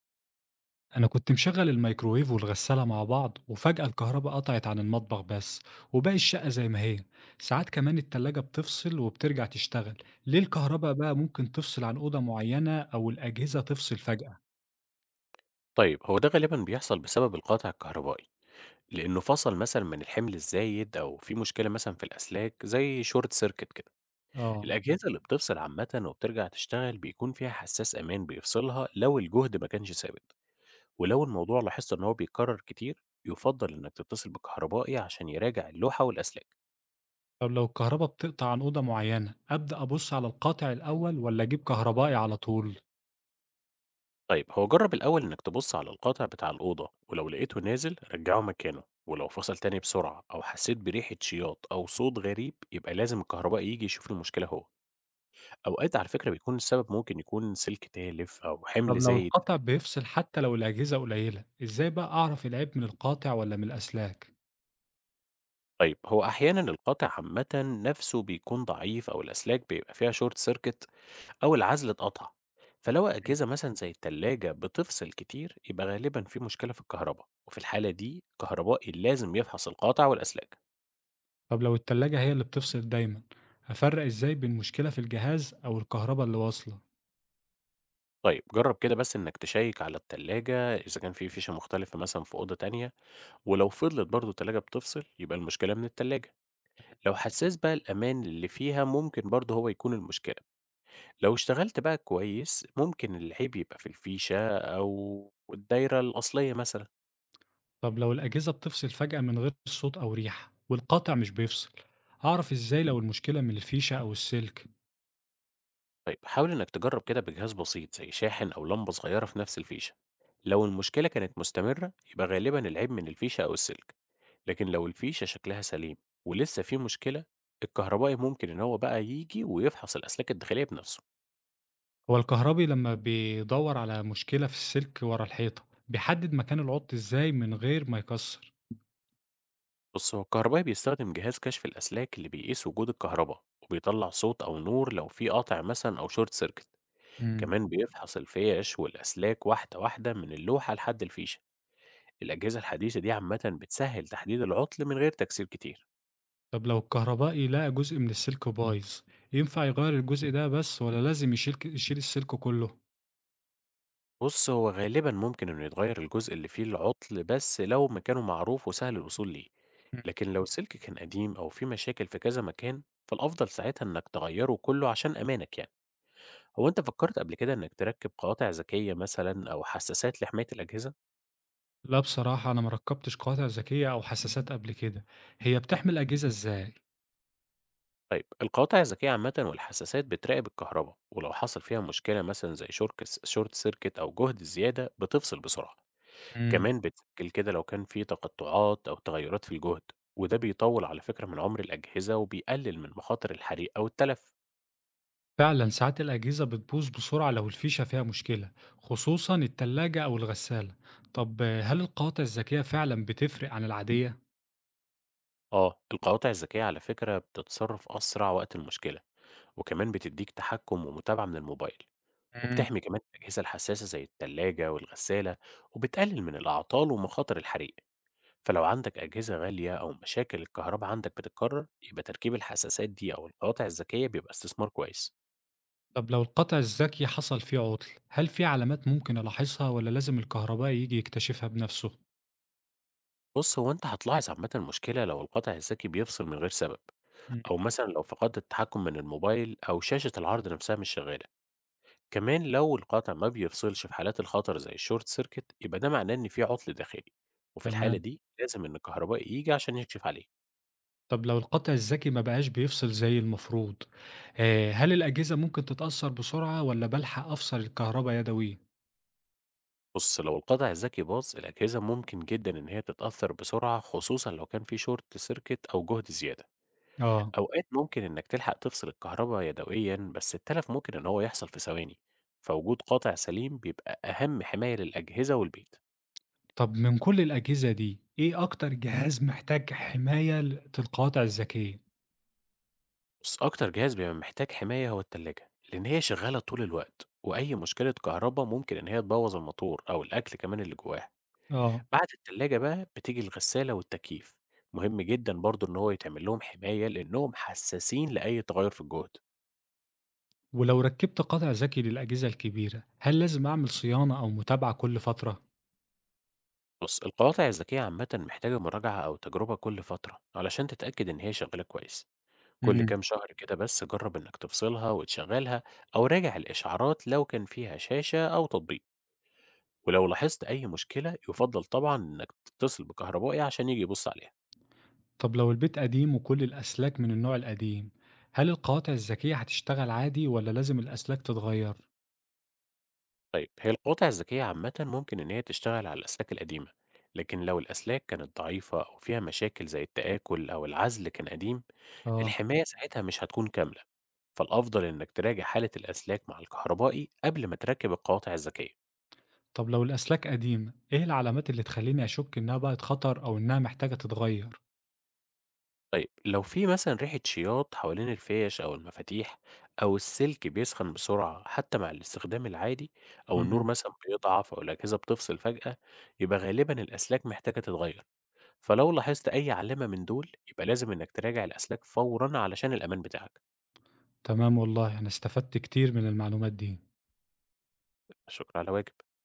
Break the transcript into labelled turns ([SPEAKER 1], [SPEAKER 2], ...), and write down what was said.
[SPEAKER 1] أنا كنت مشغل الميكروويف والغسالة مع بعض، وفجأة الكهرباء قطعت عن المطبخ بس، وباقي الشقة زي ما هي. ساعات كمان التلاجة بتفصل وبترجع تشتغل. ليه الكهرباء بقى ممكن تفصل عن أوضة معينة أو الأجهزة تفصل فجأة؟
[SPEAKER 2] طيب هو ده غالبا بيحصل بسبب القاطع الكهربائي، لأنه فصل مثلا من الحمل الزايد، أو في مشكلة مثلا في الأسلاك زي شورت سيركت كده.
[SPEAKER 1] آه.
[SPEAKER 2] الأجهزة اللي بتفصل عامة وبترجع تشتغل بيكون فيها حساس أمان بيفصلها لو الجهد ما كانش ثابت. ولو الموضوع لاحظت إن هو بيتكرر كتير، يفضل إنك تتصل بكهربائي عشان يراجع اللوحة والأسلاك.
[SPEAKER 1] طب لو الكهرباء بتقطع عن أوضة معينة، أبدأ أبص على القاطع الأول ولا أجيب كهربائي على طول؟
[SPEAKER 2] طيب هو جرب الأول إنك تبص على القطع بتاع الأوضة، ولو لقيته نازل رجعه مكانه، ولو فصل تاني بسرعة أو حسيت بريحة شياط أو صوت غريب يبقى لازم الكهربائي يجي يشوف المشكلة هو. أوقات على فكرة بيكون السبب ممكن يكون سلك تالف أو حمل
[SPEAKER 1] طب لو
[SPEAKER 2] زايد.
[SPEAKER 1] القطع بيفصل حتى لو الأجهزة قليلة، إزاي بقى أعرف العيب من القاطع ولا من الأسلاك؟
[SPEAKER 2] طيب هو أحيانا القطع عامة نفسه بيكون ضعيف، أو الأسلاك بيبقى فيها شورت سيركت أو العزل اتقطع. فلو أجهزة مثلا زي التلاجة بتفصل كتير، يبقى غالبا في مشكلة في الكهرباء، وفي الحالة دي الكهربائي لازم يفحص القاطع والأسلاك.
[SPEAKER 1] طب لو التلاجة هي اللي بتفصل دايما، هفرق ازاي بين مشكلة في الجهاز أو الكهرباء اللي واصلة؟
[SPEAKER 2] طيب جرّب كده بس إنك تشيّك على التلاجة إذا كان في فيشة مختلفة مثلًا في أوضة تانية، ولو فضلت برضه التلاجة بتفصل يبقى المشكلة من التلاجة، لو حسّاس بقى الأمان اللي فيها ممكن برضه هو يكون المشكلة، لو اشتغلت بقى كويس ممكن العيب يبقى في الفيشة أو الدايرة الأصلية مثلًا.
[SPEAKER 1] طب لو الأجهزة بتفصل فجأة من غير صوت أو ريحة والقاطع مش بيفصل، هعرف ازاي لو المشكلة من الفيشة أو السلك؟
[SPEAKER 2] طيب حاول إنك تجرّب كده بجهاز بسيط زي شاحن أو لمبة صغيرة في نفس الفيشة، لو المشكلة كانت مستمرة يبقى غالبًا العيب من الفيشة أو السلك. لكن لو الفيشة شكلها سليم ولسه في مشكلة، الكهربائي ممكن إن هو بقى يجي ويفحص الأسلاك الداخلية بنفسه.
[SPEAKER 1] هو الكهربي لما بيدور على مشكلة في السلك ورا الحيطة، بيحدد مكان العطل ازاي من غير ما يكسر؟
[SPEAKER 2] بص هو الكهربائي بيستخدم جهاز كشف الأسلاك اللي بيقيس وجود الكهرباء، وبيطلع صوت أو نور لو في قاطع مثلا أو شورت سيركت.
[SPEAKER 1] مم.
[SPEAKER 2] كمان بيفحص الفيش والأسلاك واحدة واحدة من اللوحة لحد الفيشة. الأجهزة الحديثة دي عامة بتسهل تحديد العطل من غير تكسير كتير.
[SPEAKER 1] طب لو الكهربائي لقى جزء من السلك بايظ، ينفع يغير الجزء ده بس ولا لازم يشيل السلك كله؟
[SPEAKER 2] بُص، هو غالبًا ممكن إنه يتغيّر الجزء اللي فيه العطل بس لو مكانه معروف وسهل الوصول ليه، لكن لو السلك كان قديم أو فيه مشاكل في كذا مكان، فالأفضل ساعتها إنك تغيّره كُلّه عشان أمانك يعني. هو أنت فكّرت قبل كده إنك تركّب قواطع ذكية مثلًا أو حسّاسات لحماية الأجهزة؟
[SPEAKER 1] لأ، بصراحة أنا ما ركّبتش قواطع ذكية أو حساسات قبل كده، هي بتحمي الأجهزة إزاي؟
[SPEAKER 2] طيب القواطع الذكية عامةً والحسّاسات بتراقب الكهربا، ولو حصل فيها مشكلة مثلًا زي شورك س short circuit أو جهد زيادة بتفصل بسرعة.
[SPEAKER 1] إمم.
[SPEAKER 2] كمان بتسجل كده لو كان في تقطعات أو تغيرات في الجهد، وده بيطول على فكرة من عمر الأجهزة، وبيقلل من مخاطر الحريق أو التلف.
[SPEAKER 1] فعلًا ساعات الأجهزة بتبوظ بسرعة لو الفيشة فيها مشكلة، خصوصًا التلاجة أو الغسالة. طب آه، هل القواطع الذكية فعلًا بتفرق عن العادية؟
[SPEAKER 2] آه القواطع الذكية على فكرة بتتصرف أسرع وقت المشكلة، وكمان بتديك تحكم ومتابعة من الموبايل،
[SPEAKER 1] إمم.
[SPEAKER 2] وبتحمي كمان الأجهزة الحساسة زي التلاجة والغسالة، وبتقلل من الأعطال ومخاطر الحريق. فلو عندك أجهزة غالية أو مشاكل الكهرباء عندك بتتكرر، يبقى تركيب الحساسات دي أو القواطع الذكية بيبقى استثمار كويس.
[SPEAKER 1] طب لو القطع الذكي حصل فيه عطل، هل في علامات ممكن ألاحظها والّا لازم الكهربائي ييجي يكتشفها بنفسه؟
[SPEAKER 2] بُص، هو أنت هتلاحظ عامةً مشكلة لو القطع الذكي بيفصل من غير سبب،
[SPEAKER 1] إمم.
[SPEAKER 2] أو مثلًا لو فقدت التحكم من الموبايل أو شاشة العرض نفسها مش شغالة، كمان لو القطع ما بيفصلش في حالات الخطر زي الshort circuit يبقى ده معناه إن في عطل داخلي، وفي الحالة
[SPEAKER 1] تمام.
[SPEAKER 2] دي لازم إن الكهربائي ييجي عشان يكشف عليه.
[SPEAKER 1] طب لو القطع الذكي ما بقاش بيفصل زي المفروض، هل الأجهزة ممكن تتأثّر بسرعة والّا بالحق أفصل الكهربا يدويًا؟
[SPEAKER 2] بُص، لو القطع الذكي باظ الأجهزة ممكن جدًا إن هي تتأثر بسرعة، خصوصًا لو كان في short circuit أو جهد زيادة.
[SPEAKER 1] آه.
[SPEAKER 2] أوقات ممكن إنك تلحق تفصل الكهرباء يدويًا، بس التلف ممكن إن هو يحصل في ثواني، فوجود قاطع سليم بيبقى أهم حماية للأجهزة والبيت.
[SPEAKER 1] طب من كل الأجهزة دي، إيه أكتر جهاز محتاج حماية ل القواطع الذكية؟
[SPEAKER 2] بس أكتر جهاز بيبقى محتاج حماية هو التلاجة، لأن هي شغالة طول الوقت، وأي مشكلة كهرباء ممكن إن هي تبوظ الموتور أو الأكل كمان اللي جواه.
[SPEAKER 1] آه.
[SPEAKER 2] بعد التلاجة بقى بتيجي الغسالة والتكييف، مهم جدًا برضه إن هو يتعمل لهم حماية لأنهم حساسين لأي تغير في الجهد.
[SPEAKER 1] ولو ركّبت قطع ذكي للأجهزة الكبيرة، هل لازم أعمل صيانة أو متابعة كل فترة؟
[SPEAKER 2] بص القواطع الذكية عامة محتاجة مراجعة أو تجربة كل فترة علشان تتأكد إن هي شغالة كويس. كل
[SPEAKER 1] إمم.
[SPEAKER 2] كام شهر كده بس جرب إنك تفصلها وتشغلها، أو راجع الإشعارات لو كان فيها شاشة أو تطبيق. ولو لاحظت أي مشكلة يفضل طبعا إنك تتصل بكهربائي عشان يجي يبص عليها.
[SPEAKER 1] طب لو البيت قديم وكل الأسلاك من النوع القديم، هل القواطع الذكية هتشتغل عادي والّا لازم الأسلاك تتغيّر؟
[SPEAKER 2] طيب هي القطع الذكية عامة ممكن إن هي تشتغل على الأسلاك القديمة، لكن لو الأسلاك كانت ضعيفة أو فيها مشاكل زي التآكل أو العزل كان قديم،
[SPEAKER 1] آه.
[SPEAKER 2] الحماية ساعتها مش هتكون كاملة. فالأفضل إنك تراجع حالة الأسلاك مع الكهربائي قبل ما تركب القواطع الذكية.
[SPEAKER 1] طب لو الأسلاك قديمة، إيه العلامات اللي تخلّيني أشُك إنها بقت خطر أو إنها محتاجة تتغيّر؟
[SPEAKER 2] طيب لو في مثلا ريحة شياط حوالين الفيش أو المفاتيح، أو السلك بيسخن بسرعة حتى مع الاستخدام العادي، أو النور
[SPEAKER 1] إمم.
[SPEAKER 2] مثلا بيضعف أو الأجهزة بتفصل فجأة، يبقى غالبا الأسلاك محتاجة تتغير. فلو لاحظت أي علامة من دول يبقى لازم إنك تراجع الأسلاك فورا علشان الأمان بتاعك.
[SPEAKER 1] تمام والله، أنا استفدت كتير من المعلومات دي.
[SPEAKER 2] شكرا على واجب.